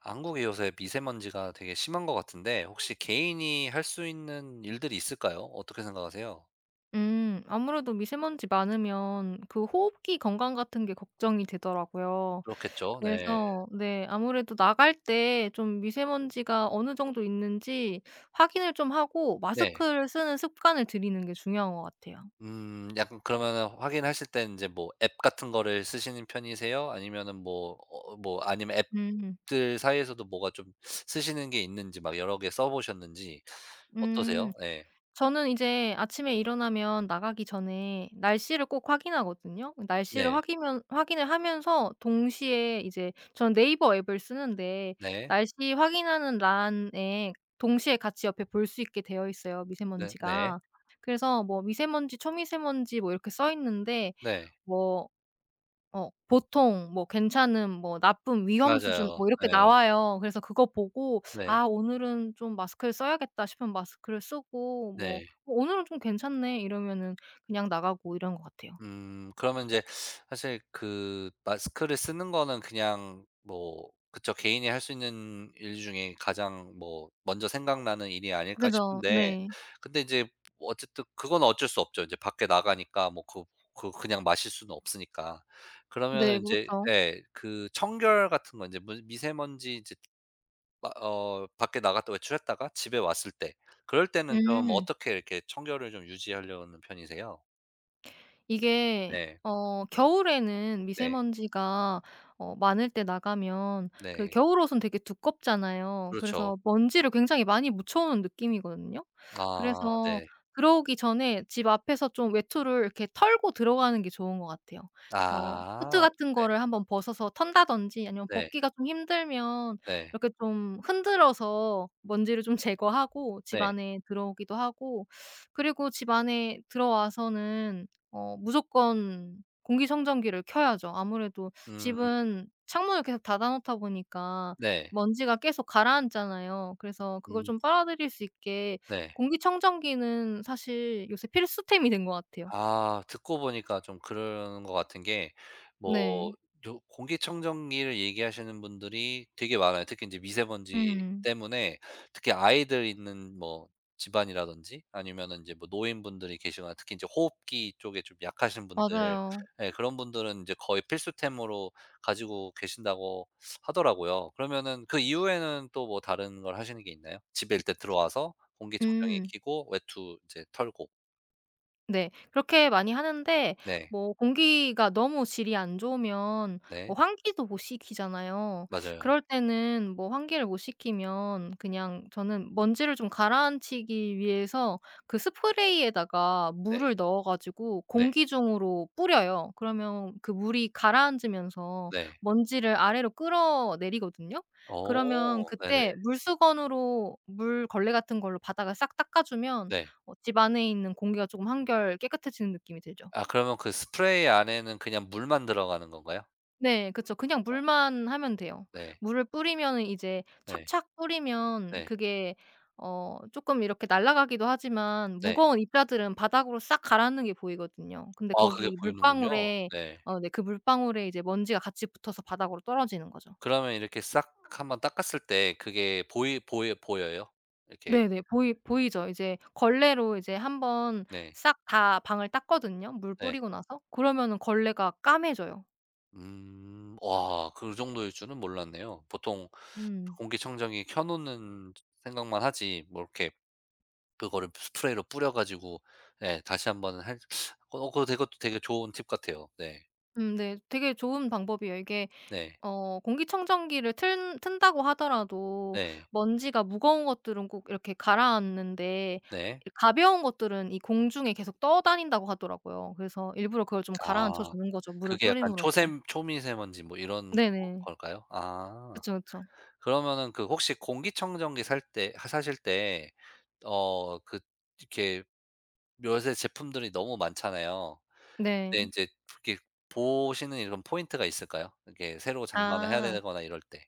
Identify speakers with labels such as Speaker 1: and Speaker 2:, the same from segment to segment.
Speaker 1: 한국이 요새 미세먼지가 되게 심한 것 같은데 혹시 개인이 할 수 있는 일들이 있을까요? 어떻게 생각하세요?
Speaker 2: 음. 아무래도 미세먼지 많으면 그 호흡기 건강 같은 게 걱정이 되더라고요.
Speaker 1: 그렇겠죠. 네.
Speaker 2: 그래서, 네, 아무래도 나갈 때 좀 미세먼지가 어느 정도 있는지 확인을 좀 하고
Speaker 1: 네.
Speaker 2: 마스크를 쓰는 습관을 들이는 게 중요한 것 같아요.
Speaker 1: 약간 그러면은 확인하실 때 이제 뭐 앱 같은 거를 쓰시는 편이세요? 아니면은 뭐 뭐 아니면
Speaker 2: 음.
Speaker 1: 앱들 사이에서도 뭐가 좀 쓰시는 게 있는지 막 여러 개 써 보셨는지 어떠세요?
Speaker 2: 음.
Speaker 1: 네.
Speaker 2: 저는 이제 아침에 일어나면 나가기 전에 날씨를 꼭 확인하거든요. 날씨를
Speaker 1: 네.
Speaker 2: 확인면 확인을 하면서 동시에 이제 저는 네이버 앱을 쓰는데
Speaker 1: 네.
Speaker 2: 날씨 확인하는 란에 동시에 같이 옆에 볼 수 있게 되어 있어요,
Speaker 1: 네 네.
Speaker 2: 미세먼지가. 그래서 뭐 미세먼지, 초미세먼지 뭐 이렇게 써 있는데
Speaker 1: 네.
Speaker 2: 뭐 보통 뭐 괜찮은 뭐 나쁨 위험 수준
Speaker 1: 맞아요.
Speaker 2: 뭐 이렇게
Speaker 1: 네.
Speaker 2: 나와요. 그래서 그거 보고
Speaker 1: 네.
Speaker 2: '아 오늘은 좀 마스크를 써야겠다.' 싶으면 마스크를 쓰고 뭐
Speaker 1: 네.
Speaker 2: '오늘은 좀 괜찮네.' 이러면은 그냥 나가고 이런 것 같아요.
Speaker 1: 그러면 이제 사실 그 마스크를 쓰는 거는 그냥 뭐 그쵸. 개인이 할 수 있는 일 중에 가장 뭐 먼저 생각나는 일이 아닐까
Speaker 2: 그죠.
Speaker 1: 싶은데
Speaker 2: 네.
Speaker 1: 근데 이제 뭐 어쨌든 그건 어쩔 수 없죠. 이제 밖에 나가니까 뭐 그 그 그냥 마실 수는 없으니까. 그러
Speaker 2: 네,
Speaker 1: 면 이제
Speaker 2: 그렇죠.
Speaker 1: 예 그 청결 같은 거 이제 무 미세먼지 이제 마 어 밖에 나갔다 외출했다가 집에 왔을 때 그럴 때는 좀
Speaker 2: 음.
Speaker 1: 어떻게 이렇게 청결을 좀 유지하려는 편이세요?
Speaker 2: 이게
Speaker 1: 네.
Speaker 2: 겨울에는
Speaker 1: 네.
Speaker 2: 미세먼지가 많을 때 나가면 그
Speaker 1: 네.
Speaker 2: 겨울옷은 되게 두껍잖아요.
Speaker 1: 그렇죠.
Speaker 2: 그래서 먼지를 굉장히 많이 묻혀 오는 느낌이거든요.
Speaker 1: 아
Speaker 2: 그래서
Speaker 1: 네.
Speaker 2: 들어오기 전에 집 앞에서 좀 외투를 이렇게 털고 들어가는 게 좋은 것 같아요. 코트
Speaker 1: 아
Speaker 2: 같은
Speaker 1: 네
Speaker 2: 거를 한번 벗어서 턴다든지 아니면 벗기가
Speaker 1: 네
Speaker 2: 좀 힘들면
Speaker 1: 네
Speaker 2: 이렇게 좀 흔들어서 먼지를 좀 제거하고 집
Speaker 1: 네.
Speaker 2: 안에 들어오기도 하고 그리고 집 안에 들어와서는 무조건 공기 청정기를 켜야죠. 아무래도
Speaker 1: 음
Speaker 2: 집은 창문을 계속 닫아 놓다 보니까
Speaker 1: 네.
Speaker 2: 먼지가 계속 가라앉잖아요. 그래서 그걸
Speaker 1: 음
Speaker 2: 좀 빨아들일 수 있게
Speaker 1: 네.
Speaker 2: 공기 청정기는 사실 요새 필수템이 된 것 같아요.
Speaker 1: 아 듣고 보니까 좀 그런 것 같은 게 뭐
Speaker 2: 네.
Speaker 1: 요 공기청정기를 얘기하시는 분들이 되게 많아요. 특히 이제 미세먼지
Speaker 2: 음.
Speaker 1: 때문에 특히 아이들 있는 뭐 집안이라든지 아니면은 이제 뭐 노인분들이 계시거나 특히 이제 호흡기 쪽에 좀 약하신 분들
Speaker 2: 맞아요.
Speaker 1: 예 그런 분들은 이제 거의 필수템으로 가지고 계신다고 하더라고요. 그러면은 그 이후에는 또 뭐 다른 걸 하시는 게 있나요? 집에 일단 들어와서 공기청정기
Speaker 2: 음.
Speaker 1: 켜고 외투 이제 털고.
Speaker 2: 네. 그렇게 많이 하는데
Speaker 1: 네.
Speaker 2: 뭐 공기가 너무 질이 안 좋으면 뭐
Speaker 1: 네.
Speaker 2: 환기도 못 시키잖아요.
Speaker 1: 맞아요.
Speaker 2: 그럴 때는 뭐 환기를 못 시키면 그냥 저는 먼지를 좀 가라앉히기 위해서 그 스프레이에다가
Speaker 1: 네.
Speaker 2: 물을 넣어 가지고
Speaker 1: 네.
Speaker 2: 공기 중으로 뿌려요. 그러면 그 물이 가라앉으면서
Speaker 1: 네.
Speaker 2: 먼지를 아래로 끌어내리거든요. 그러면
Speaker 1: 어 네네.
Speaker 2: 그때 물수건으로 물걸레 같은 걸로 바닥을 싹 닦아 주면
Speaker 1: 네.
Speaker 2: 집 안에 있는 공기가 조금 한결 깨끗해지는 느낌이 들죠.
Speaker 1: 아 그러면 그 스프레이 안에는 그냥 물만 들어가는 건가요?
Speaker 2: 네, 그쵸. 그냥
Speaker 1: 아
Speaker 2: 물만 하면 돼요.
Speaker 1: 네.
Speaker 2: 물을 뿌리면은 이제
Speaker 1: 네.
Speaker 2: 착착 뿌리면
Speaker 1: 네.
Speaker 2: 그게 쪼끔 이렇게 날아가기도 하지만
Speaker 1: 네.
Speaker 2: 무거운 입자들은 바닥으로 싹 가라앉는 게 보이거든요. 근데
Speaker 1: 아 그게
Speaker 2: 거기
Speaker 1: 보이는군요.
Speaker 2: 물방울에
Speaker 1: 네.
Speaker 2: 네, 그 물방울에 이제 먼지가 같이 붙어서 바닥으로 떨어지는 거죠.
Speaker 1: 그러면 이렇게 싹 한번 닦았을 때 그게 보이 보여 보여요? 이렇게
Speaker 2: 네네. 보이죠. 이제 걸레로 이제 한번
Speaker 1: 네.
Speaker 2: 싹 다 방을 닦거든요 물
Speaker 1: 네.
Speaker 2: 뿌리고 나서. 그러면은 걸레가 까매져요.
Speaker 1: 음. 와 그 정도일 줄은 몰랐네요. 보통
Speaker 2: 음.
Speaker 1: 공기청정기 켜 놓는 생각만 하지 뭐 이렇게 그거를 스프레이로 뿌려 가지고 예 다시 한번 할 그거 되게 그것도 되게 좋은 팁 같아요. 네.
Speaker 2: 음. 네. 되게 좋은 방법이에요. 이게
Speaker 1: 네.
Speaker 2: 공기청정기를 튼 튼다고 하더라도
Speaker 1: 네.
Speaker 2: 먼지가 무거운 것들은 꼭 이렇게 가라앉는데
Speaker 1: 네.
Speaker 2: 가벼운 것들은 이 공중에 계속 떠다닌다고 하더라고요. 그래서 일부러 그걸 좀 가라앉혀
Speaker 1: 아.
Speaker 2: 주는 거죠, 물을
Speaker 1: 그게 약간
Speaker 2: 뿌림으로써.
Speaker 1: 초샘 초미세먼지 뭐 이런
Speaker 2: 네네.
Speaker 1: 걸까요? 아.
Speaker 2: 그쵸, 그쵸.
Speaker 1: 그러면은 그 혹시 공기청정기 살 때 하 사실 때 그 이렇게 요새 제품들이 너무 많잖아요. 근데
Speaker 2: 네.
Speaker 1: 인제 이렇게 보시는 이런 포인트가 있을까요? 이렇게 새로 장만을 해야
Speaker 2: 아.
Speaker 1: 되거나 이럴 때.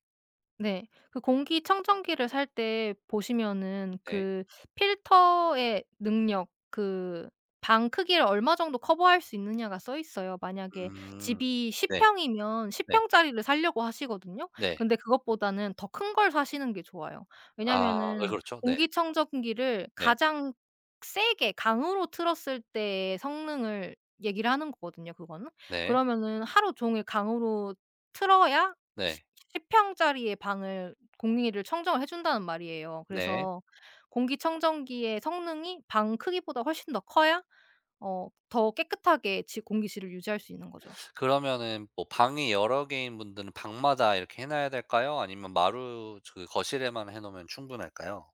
Speaker 2: 네. 그 공기청정기를 살 때 보시면은
Speaker 1: 네.
Speaker 2: 그 필터의 능력 그 방 크기를 얼마 정도 커버할 수 있느냐가 써 있어요. 만약에
Speaker 1: 음.
Speaker 2: 집이 10
Speaker 1: 네.
Speaker 2: 평이면 10
Speaker 1: 네.
Speaker 2: 평짜리를 사려고 하시거든요.
Speaker 1: 네.
Speaker 2: 근데 그것보다는 더 큰 걸 사시는 게 좋아요.
Speaker 1: 아 네
Speaker 2: 왜냐면은
Speaker 1: 그렇죠. 네.
Speaker 2: 공기청정기를
Speaker 1: 네.
Speaker 2: 가장 세게 강으로 틀었을 때의 성능을 얘기를 하는 거거든요 그거는.
Speaker 1: 네.
Speaker 2: 그러면은 하루 종일 강으로 틀어야
Speaker 1: 네.
Speaker 2: 10 평짜리의 방을 공기를 청정을 해 준다는 말이에요.
Speaker 1: 네.
Speaker 2: 그래서 공기청정기의 성능이 방 크기보다 훨씬 더 커야 더 깨끗하게 지 공기질을 유지할 수 있는 거죠.
Speaker 1: 그러면은 뭐 방이 여러 개인 분들은 방마다 이렇게 해 놔야 될까요? 아니면 마루 저 그 거실에만 해 놓으면 충분할까요?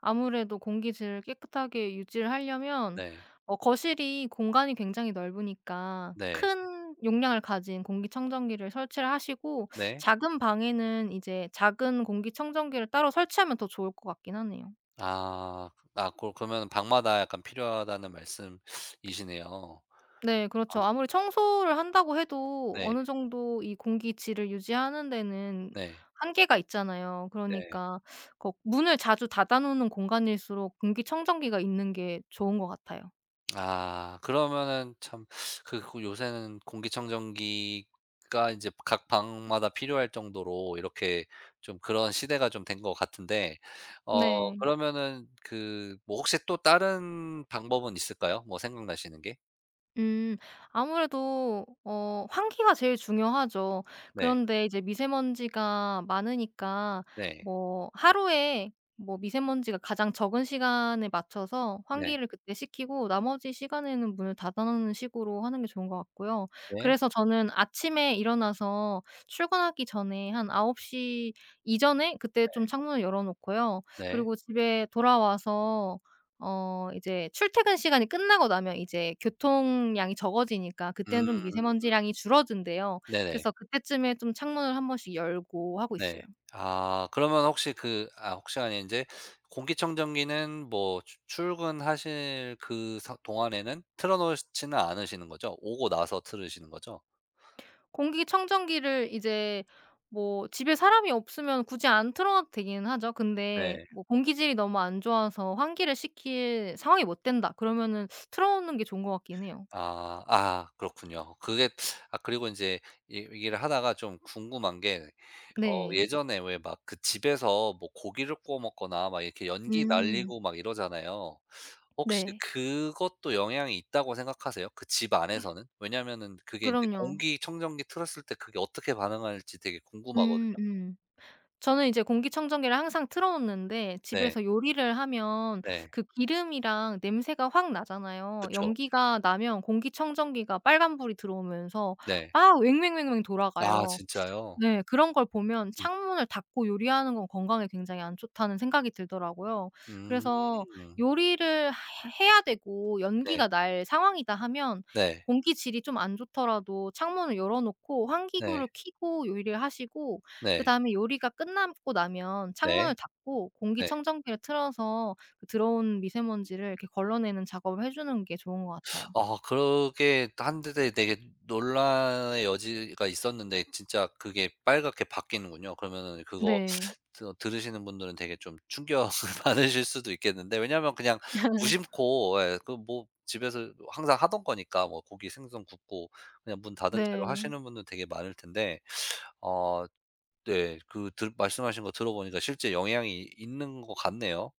Speaker 2: 아무래도 공기질을 깨끗하게 유지를 하려면
Speaker 1: 네.
Speaker 2: 거실이 공간이 굉장히 넓으니까
Speaker 1: 네.
Speaker 2: 큰 용량을 가진 공기청정기를 설치를 하시고
Speaker 1: 네.
Speaker 2: 작은 방에는 이제 작은 공기청정기를 따로 설치하면 더 좋을 것 같긴 하네요.
Speaker 1: 아. 아 고 그러면은 방마다 약간 필요하다는 말씀이시네요.
Speaker 2: 네,
Speaker 1: 아
Speaker 2: 그렇죠. 아무리 청소를 한다고 해도
Speaker 1: 네.
Speaker 2: 어느 정도 이 공기 질을 유지하는 데는
Speaker 1: 네.
Speaker 2: 한계가 있잖아요.
Speaker 1: 네.
Speaker 2: 그러니까 거 문을 자주 닫아 놓는 공간일수록 공기청정기가 있는 게 좋은 것 같아요.
Speaker 1: 아 그러면은 참 그 그 요새는 공기청정기가 이제 각 방마다 필요할 정도로 이렇게 좀 그런 시대가 좀 된 것 같은데
Speaker 2: 네.
Speaker 1: 그러면은 그 뭐 혹시 또 다른 방법은 있을까요? 뭐 생각나시는 게?
Speaker 2: 음. 아무래도 환기가 제일 중요하죠.
Speaker 1: 네.
Speaker 2: 그런데 이제 미세먼지가 많으니까
Speaker 1: 네.
Speaker 2: 뭐 하루에 뭐 미세먼지가 가장 적은 시간에 맞춰서
Speaker 1: 네.
Speaker 2: 환기를 그때 시키고 나머지 시간에는 문을 닫아 놓는 식으로 하는 게 좋은 것 같고요.
Speaker 1: 네.
Speaker 2: 그래서 저는 아침에 일어나서 출근하기 전에 한9홉시 이전에 그때 좀 창문을 열어 놓고요.
Speaker 1: 네.
Speaker 2: 그리고 집에 돌아와서 이제 출퇴근 시간이 끝나고 나면 이제 교통량이 적어지니까 그때는 좀
Speaker 1: 음.
Speaker 2: 미세먼지량이 줄어든대요.
Speaker 1: 네네.
Speaker 2: 그래서 그때쯤에 좀 창문을 한 번씩 열고 하고 있어요.
Speaker 1: 네. 아 그러면 혹시 그 아 혹시 아니 인제 공기청정기는 뭐 추 출근하실 그 사 동안에는 틀어 놓지는 않으시는 거죠? 오고 나서 틀으시는 거죠?
Speaker 2: 공기청정기를 이제 뭐 집에 사람이 없으면 굳이 안 틀어 놔도 되기는 하죠. 근데
Speaker 1: 네.
Speaker 2: 뭐 공기질이 너무 안 좋아서 환기를 시킬 상황이 못 된다 그러면은 틀어 놓는 게 좋은 것 같긴 해요.
Speaker 1: 아. 아 그렇군요. 그게 아 그리고 인제 이 얘기를 하다가 좀 궁금한 게
Speaker 2: 네.
Speaker 1: 예전에 왜 막 그 집에서 뭐 고기를 구워 먹거나 막 이렇게 연기
Speaker 2: 음.
Speaker 1: 날리고 막 이러잖아요. 혹시
Speaker 2: 네.
Speaker 1: 그것도 영향이 있다고 생각하세요? 그 집 안에서는? 왜냐면은 그게 인제
Speaker 2: 그럼요.
Speaker 1: 공기청정기 틀었을 때 그게 어떻게 반응할지 되게
Speaker 2: 음.
Speaker 1: 궁금하거든요.
Speaker 2: 음. 저는 이제 공기청정기를 항상 틀어 놓는데
Speaker 1: 네.
Speaker 2: 집에서 요리를 하면
Speaker 1: 네.
Speaker 2: 그 기름이랑 냄새가 확 나잖아요.
Speaker 1: 그쵸.
Speaker 2: 연기가 나면 공기청정기가 빨간 불이 들어오면서
Speaker 1: 네.
Speaker 2: 막 왱왱왱왱
Speaker 1: 아
Speaker 2: 돌아가요.
Speaker 1: 진짜요?
Speaker 2: 네. 그런 걸 보면
Speaker 1: 음.
Speaker 2: '창문을 닫고 요리하는 건 건강에 굉장히 안 좋다.'는 생각이 들더라고요. 그래서
Speaker 1: 음.
Speaker 2: 요리를 해 해야 되고
Speaker 1: 네.
Speaker 2: 연기가 날 상황이다 하면
Speaker 1: 네.
Speaker 2: 공기 질이 좀 안 좋더라도 창문을 열어 놓고
Speaker 1: 네.
Speaker 2: 환기구를 켜고 요리를 하시고
Speaker 1: 네.
Speaker 2: 그다음에 요리가 끝나고 나면
Speaker 1: 네.
Speaker 2: 창문을 닫고
Speaker 1: 네.
Speaker 2: 공기청정기를 틀어서 그 들어온 미세먼지를 이렇게 걸러내는 작업을 해 주는 게 좋은 것 같아요.
Speaker 1: 아 그러게 한데 되게 논란의 여지가 있었는데 진짜 그게 빨갛게 바뀌는군요. 그러면은 그거
Speaker 2: 네.
Speaker 1: 드 들으시는 분들은 되게 좀 충격을 받으실 수도 있겠는데 왜냐하면 그냥 무심코 예 그 뭐 집에서 항상 하던 거니까 뭐 고기 생선 굽고 그냥 문 닫은 채로
Speaker 2: 네.
Speaker 1: 하시는 분들 되게 많을 텐데 어 네 그 들 말씀하신 거 들어보니까 실제 영향이 있는 것 같네요.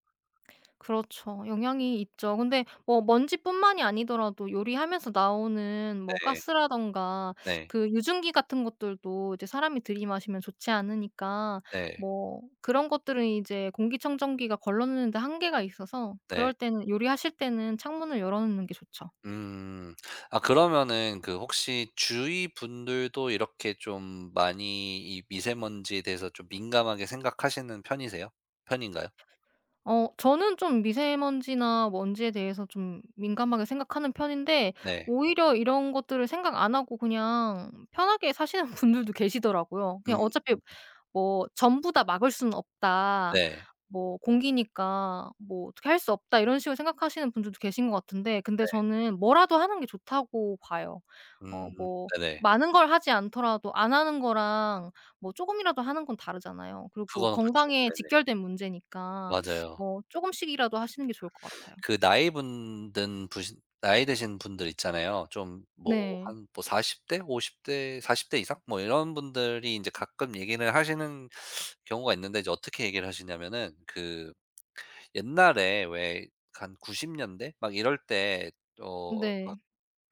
Speaker 2: 그렇죠. 영향이 있죠. 근데 뭐 먼지뿐만이 아니더라도 요리하면서 나오는 뭐
Speaker 1: 네.
Speaker 2: 가스라든가
Speaker 1: 네.
Speaker 2: 그 유증기 같은 것들도 이제 사람이 들이마시면 좋지 않으니까
Speaker 1: 네.
Speaker 2: 뭐 그런 것들은 이제 공기청정기가 걸러내는데 한계가 있어서
Speaker 1: 네.
Speaker 2: 그럴 때는 요리하실 때는 창문을 열어 놓는 게 좋죠.
Speaker 1: 음. 아 그러면은 그 혹시 주위 분들도 이렇게 좀 많이 이 미세먼지에 대해서 좀 민감하게 생각하시는 편이세요? 편인가요?
Speaker 2: 저는 좀 미세먼지나 먼지에 대해서 좀 민감하게 생각하는 편인데
Speaker 1: 네.
Speaker 2: 오히려 이런 것들을 생각 안 하고 그냥 편하게 사시는 분들도 계시더라고요.
Speaker 1: 음
Speaker 2: 그냥 어차피 뭐 "전부 다 막을 수는 없다.
Speaker 1: 네.
Speaker 2: 뭐 공기니까 뭐 어떻게 할 수 없다." 이런 식으로 생각하시는 분들도 계신 것 같은데 근데
Speaker 1: 네.
Speaker 2: 저는 뭐라도 하는 게 좋다고 봐요.
Speaker 1: 음
Speaker 2: 뭐
Speaker 1: 네네.
Speaker 2: 많은 걸 하지 않더라도 안 하는 거랑 뭐 쪼금이라도 하는 건 다르잖아요. 그리고
Speaker 1: 그거는 그죠
Speaker 2: 건강에
Speaker 1: 네네.
Speaker 2: 직결된 문제니까
Speaker 1: 맞아요.
Speaker 2: 뭐 쪼금씩이라도 하시는 게 좋을 것 같아요.
Speaker 1: 그 나이 분든 부신 나이 드신 분들 있잖아요. 좀 뭐
Speaker 2: 네.
Speaker 1: 한 뭐 40대, 50대, 40대 이상 뭐 이런 분들이 이제 가끔 얘기를 하시는 경우가 있는데 이제 어떻게 얘기를 하시냐면은 그 옛날에 왜 한 90년대 막 이럴 때 막
Speaker 2: 네.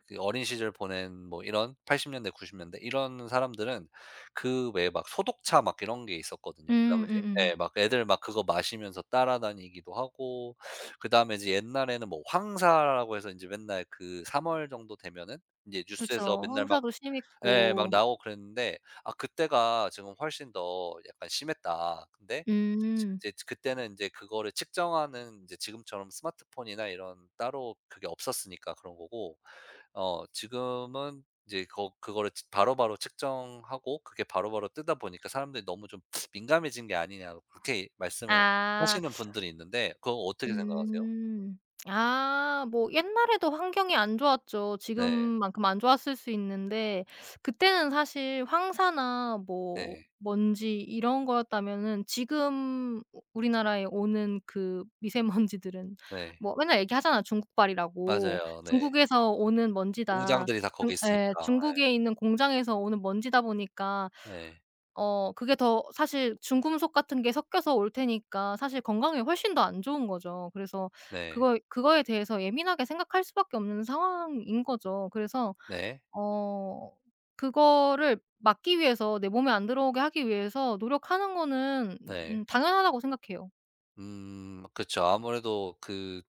Speaker 1: 그 어린 시절 보낸 뭐 이런 80년대 90년대 이런 사람들은 그 왜 막 소독차 막 이런 게 있었거든요
Speaker 2: 음.
Speaker 1: 그 당시에.
Speaker 2: 음음.
Speaker 1: 예 막 애들 막 그거 마시면서 따라다니기도 하고 그다음에 이제 옛날에는 뭐 황사라고 해서 인제 맨날 그 3월 정도 되면은 인제 뉴스에서
Speaker 2: 그쵸.
Speaker 1: 맨날 막
Speaker 2: 황사도
Speaker 1: 예. 막
Speaker 2: 심했고.
Speaker 1: 나오고 그랬는데 아 그때가 지금 훨씬 더 약간 심했다. 근데 지
Speaker 2: 음.
Speaker 1: 이제 그때는 이제 그거를 측정하는 이제 지금처럼 스마트폰이나 이런 따로 그게 없었으니까 그런 거고 지금은 이제 그거를 지 바로바로 측정하고 그게 바로바로 뜨다 보니까 사람들이 너무 좀 민감해진 게 아니냐고 그렇게 말씀을
Speaker 2: 아.
Speaker 1: 하시는 분들이 있는데 그거 어떻게 생각하세요?
Speaker 2: 음. 아 뭐 옛날에도 환경이 안 좋았죠.
Speaker 1: 네.
Speaker 2: 지금만큼 안 좋았을 수 있는데 그때는 사실 황사나 뭐
Speaker 1: 네.
Speaker 2: 먼지 이런 거였다면은 지금 우 우리나라에 오는 그 미세먼지들은
Speaker 1: 네.
Speaker 2: 뭐 맨날 얘기하잖아 중국발이라고.
Speaker 1: 맞아요. 네.
Speaker 2: "중국에서 오는 먼지다."
Speaker 1: 공장들이 다
Speaker 2: 중
Speaker 1: 거기
Speaker 2: 에
Speaker 1: 있으니까.
Speaker 2: "중국에 있는 공장에서 오는 먼지다 보니까
Speaker 1: 예. 네.
Speaker 2: 그게 더 사실 중금속 같은 게 섞여서 올 테니까 사실 건강에 훨씬 더 안 좋은 거죠. 그래서
Speaker 1: 네.
Speaker 2: 그거에 대해서 예민하게 생각할 수밖에 없는 상황인 거죠. 그래서
Speaker 1: 네.
Speaker 2: 어 그거를 막기 위해서 내 몸에 안 들어오게 하기 위해서 노력하는 거는
Speaker 1: 네.
Speaker 2: 당연하다고 생각해요.
Speaker 1: 그쵸. 아무래도 그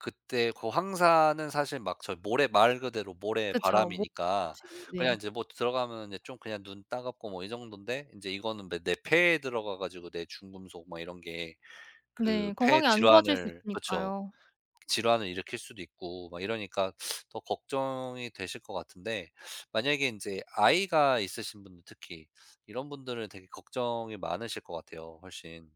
Speaker 1: 그때 그 황사는 사실 막 저 모래 말 그대로
Speaker 2: 그쵸.
Speaker 1: 모래바람이니까
Speaker 2: 뭐든지
Speaker 1: 그냥 이
Speaker 2: 네.
Speaker 1: 제 뭐 들어가면 이제 좀 그냥 눈 따갑고 뭐 이 정도인데 이제 이거는 내 폐에 들어가 가지고 내 중금속 막 이런 게 그
Speaker 2: 네.
Speaker 1: 폐
Speaker 2: 건강이 안 좋아질 수
Speaker 1: 질환을 그쵸.
Speaker 2: 있으니까요.
Speaker 1: 질환을 일으킬 수도 있고 막 이러니까 더 걱정이 되실 것 같은데 만약에 이제 아이가 있으신 분들 특히 이런 분들은 되게 걱정이 많으실 것 같아요 훨씬.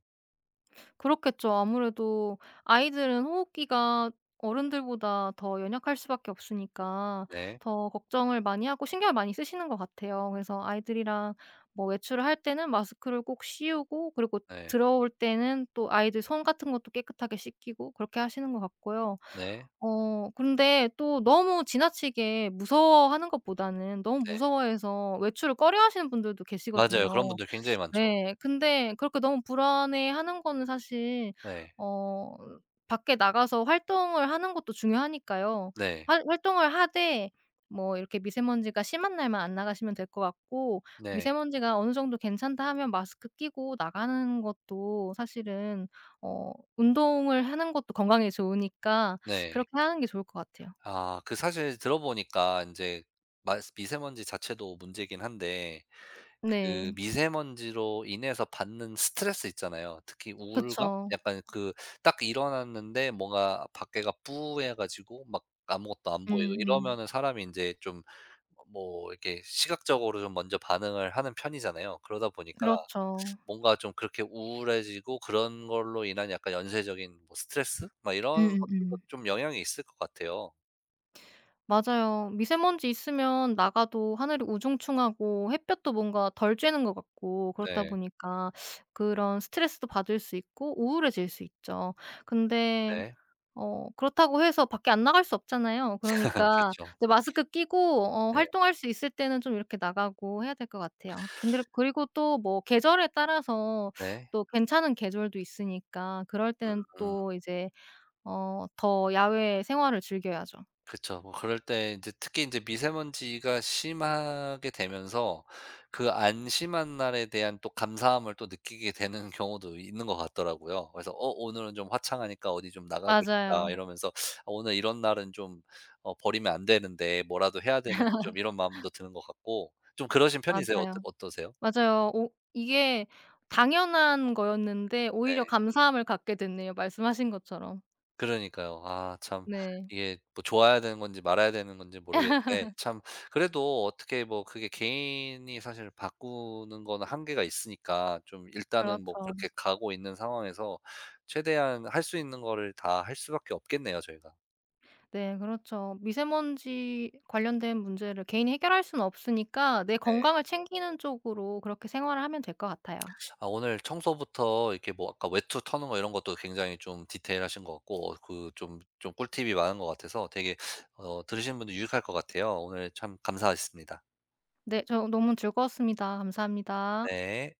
Speaker 2: 그렇겠죠. 아무래도 아이들은 호흡기가 어른들보다 더 연약할 수밖에 없으니까
Speaker 1: 네.
Speaker 2: 더 걱정을 많이 하고 신경을 많이 쓰시는 것 같아요. 그래서 아이들이랑 뭐 외출을 할 때는 마스크를 꼭 씌우고 그리고
Speaker 1: 네.
Speaker 2: 들어올 때는 또 아이들 손 같은 것도 깨끗하게 씻기고 그렇게 하시는 것 같고요.
Speaker 1: 네.
Speaker 2: 근데 또 너무 지나치게 무서워하는 것보다는 너무
Speaker 1: 네.
Speaker 2: 무서워해서 외출을 꺼려 하시는 분들도
Speaker 1: 맞아요. 그런
Speaker 2: 계시거든요.
Speaker 1: 분들 굉장히 많죠.
Speaker 2: 네. 근데 그렇게 너무 불안해하는 거는 사실
Speaker 1: 네.
Speaker 2: 어 밖에 나가서 활동을 하는 것도 중요하니까요.
Speaker 1: 네.
Speaker 2: 활 활동을 하되 뭐 이렇게 미세먼지가 심한 날만 안 나가시면 될 것 같고
Speaker 1: 네.
Speaker 2: 미세먼지가 어느 정도 괜찮다 하면 마스크 끼고 나가는 것도 사실은 운동을 하는 것도 건강에 좋으니까
Speaker 1: 네.
Speaker 2: 그렇게 하는 게 좋을 것 같아요.
Speaker 1: 아 그 사실 들어보니까 인제 마스 미세먼지 자체도 문제긴 한데
Speaker 2: 네.
Speaker 1: 그 미세먼지로 인해서 받는 스트레스 있잖아요. 특히 우울감?
Speaker 2: 그쵸.
Speaker 1: 약간 그 딱 일어났는데 뭔가 밖에가 뿌해 가지고 막 아무것도 안 보이고
Speaker 2: 음음.
Speaker 1: 이러면은 사람이 인제 좀 뭐 이렇게 시각적으로 좀 먼저 반응을 하는 편이잖아요. 그러다 보니까
Speaker 2: 그렇죠.
Speaker 1: 뭔가 좀 그렇게 우울해지고 그런 걸로 인한 약간 연쇄적인 뭐 스트레스 막 이런 것들도
Speaker 2: 음음음.
Speaker 1: 좀 영향이 있을 것 같아요.
Speaker 2: 맞아요. 미세먼지 있으면 나가도 하늘이 우중충하고 햇볕도 뭔가 덜 쬐는 것 같고 그렇다
Speaker 1: 네.
Speaker 2: 보니까 그런 스트레스도 받을 수 있고 우울해질 수 있죠. 근데
Speaker 1: 네.
Speaker 2: 그렇다고 해서 밖에 안 나갈 수 없잖아요. 그러니까
Speaker 1: 그렇죠.
Speaker 2: 이제 마스크 끼고
Speaker 1: 네.
Speaker 2: 활동할 수 있을 때는 좀 이렇게 나가고 해야 될 것 같아요. 근데 그리고 또 뭐 계절에 따라서
Speaker 1: 네.
Speaker 2: 또 괜찮은 계절도 있으니까 그럴
Speaker 1: 음.
Speaker 2: 때는
Speaker 1: 음.
Speaker 2: 또 이제 더 야외 생활을 즐겨야죠.
Speaker 1: 그쵸. 뭐 그럴 때 이제 특히 이제 미세먼지가 심하게 되면서 그 안 심한 날에 대한 또 감사함을 또 느끼게 되는 경우도 있는 것 같더라고요. 그래서 '어 오늘은 좀 화창하니까 어디 좀 나가고 싶다.'
Speaker 2: 맞아요.
Speaker 1: 이러면서 '아 오늘 이런 날은 좀 버리면 안 되는데 뭐라도 해야 되는데.' 좀 이런 마음도 드는 것 같고 좀 그러신 편이세요? 어떠
Speaker 2: 맞아요.
Speaker 1: 어떠세요?
Speaker 2: 맞아요. 오, 이게 당연한 거였는데 오히려
Speaker 1: 네.
Speaker 2: 감사함을 갖게 됐네요, 말씀하신 것처럼.
Speaker 1: 그러니까요. 아 참
Speaker 2: 네.
Speaker 1: 이게 뭐 좋아야 되는 건지 말아야 되는 건지 모르겠는데 참 그래도 어떻게 뭐 그게 개인이 사실 바꾸는 거는 한계가 있으니까 좀 일단은 뭐
Speaker 2: 그렇죠.
Speaker 1: 그렇게 가고 있는 상황에서 최대한 할 수 있는 거를 다 할 수밖에 없겠네요, 저희가.
Speaker 2: 네, 그렇죠. 미세먼지 관련된 문제를 개인이 해결할 수는 없으니까 내
Speaker 1: 네.
Speaker 2: 건강을 챙기는 쪽으로 그렇게 생활을 하면 될 것 같아요.
Speaker 1: 아 오늘 청소부터 이렇게 뭐 아까 외투 터는 거 이런 것도 굉장히 좀 디테일하신 것 같고 그 좀 꿀팁이 많은 것 같아서 되게 들으시는 분들 유익할 것 같아요. 오늘 참 감사했습니다.
Speaker 2: 네. 저 너무 즐거웠습니다. 감사합니다.
Speaker 1: 네.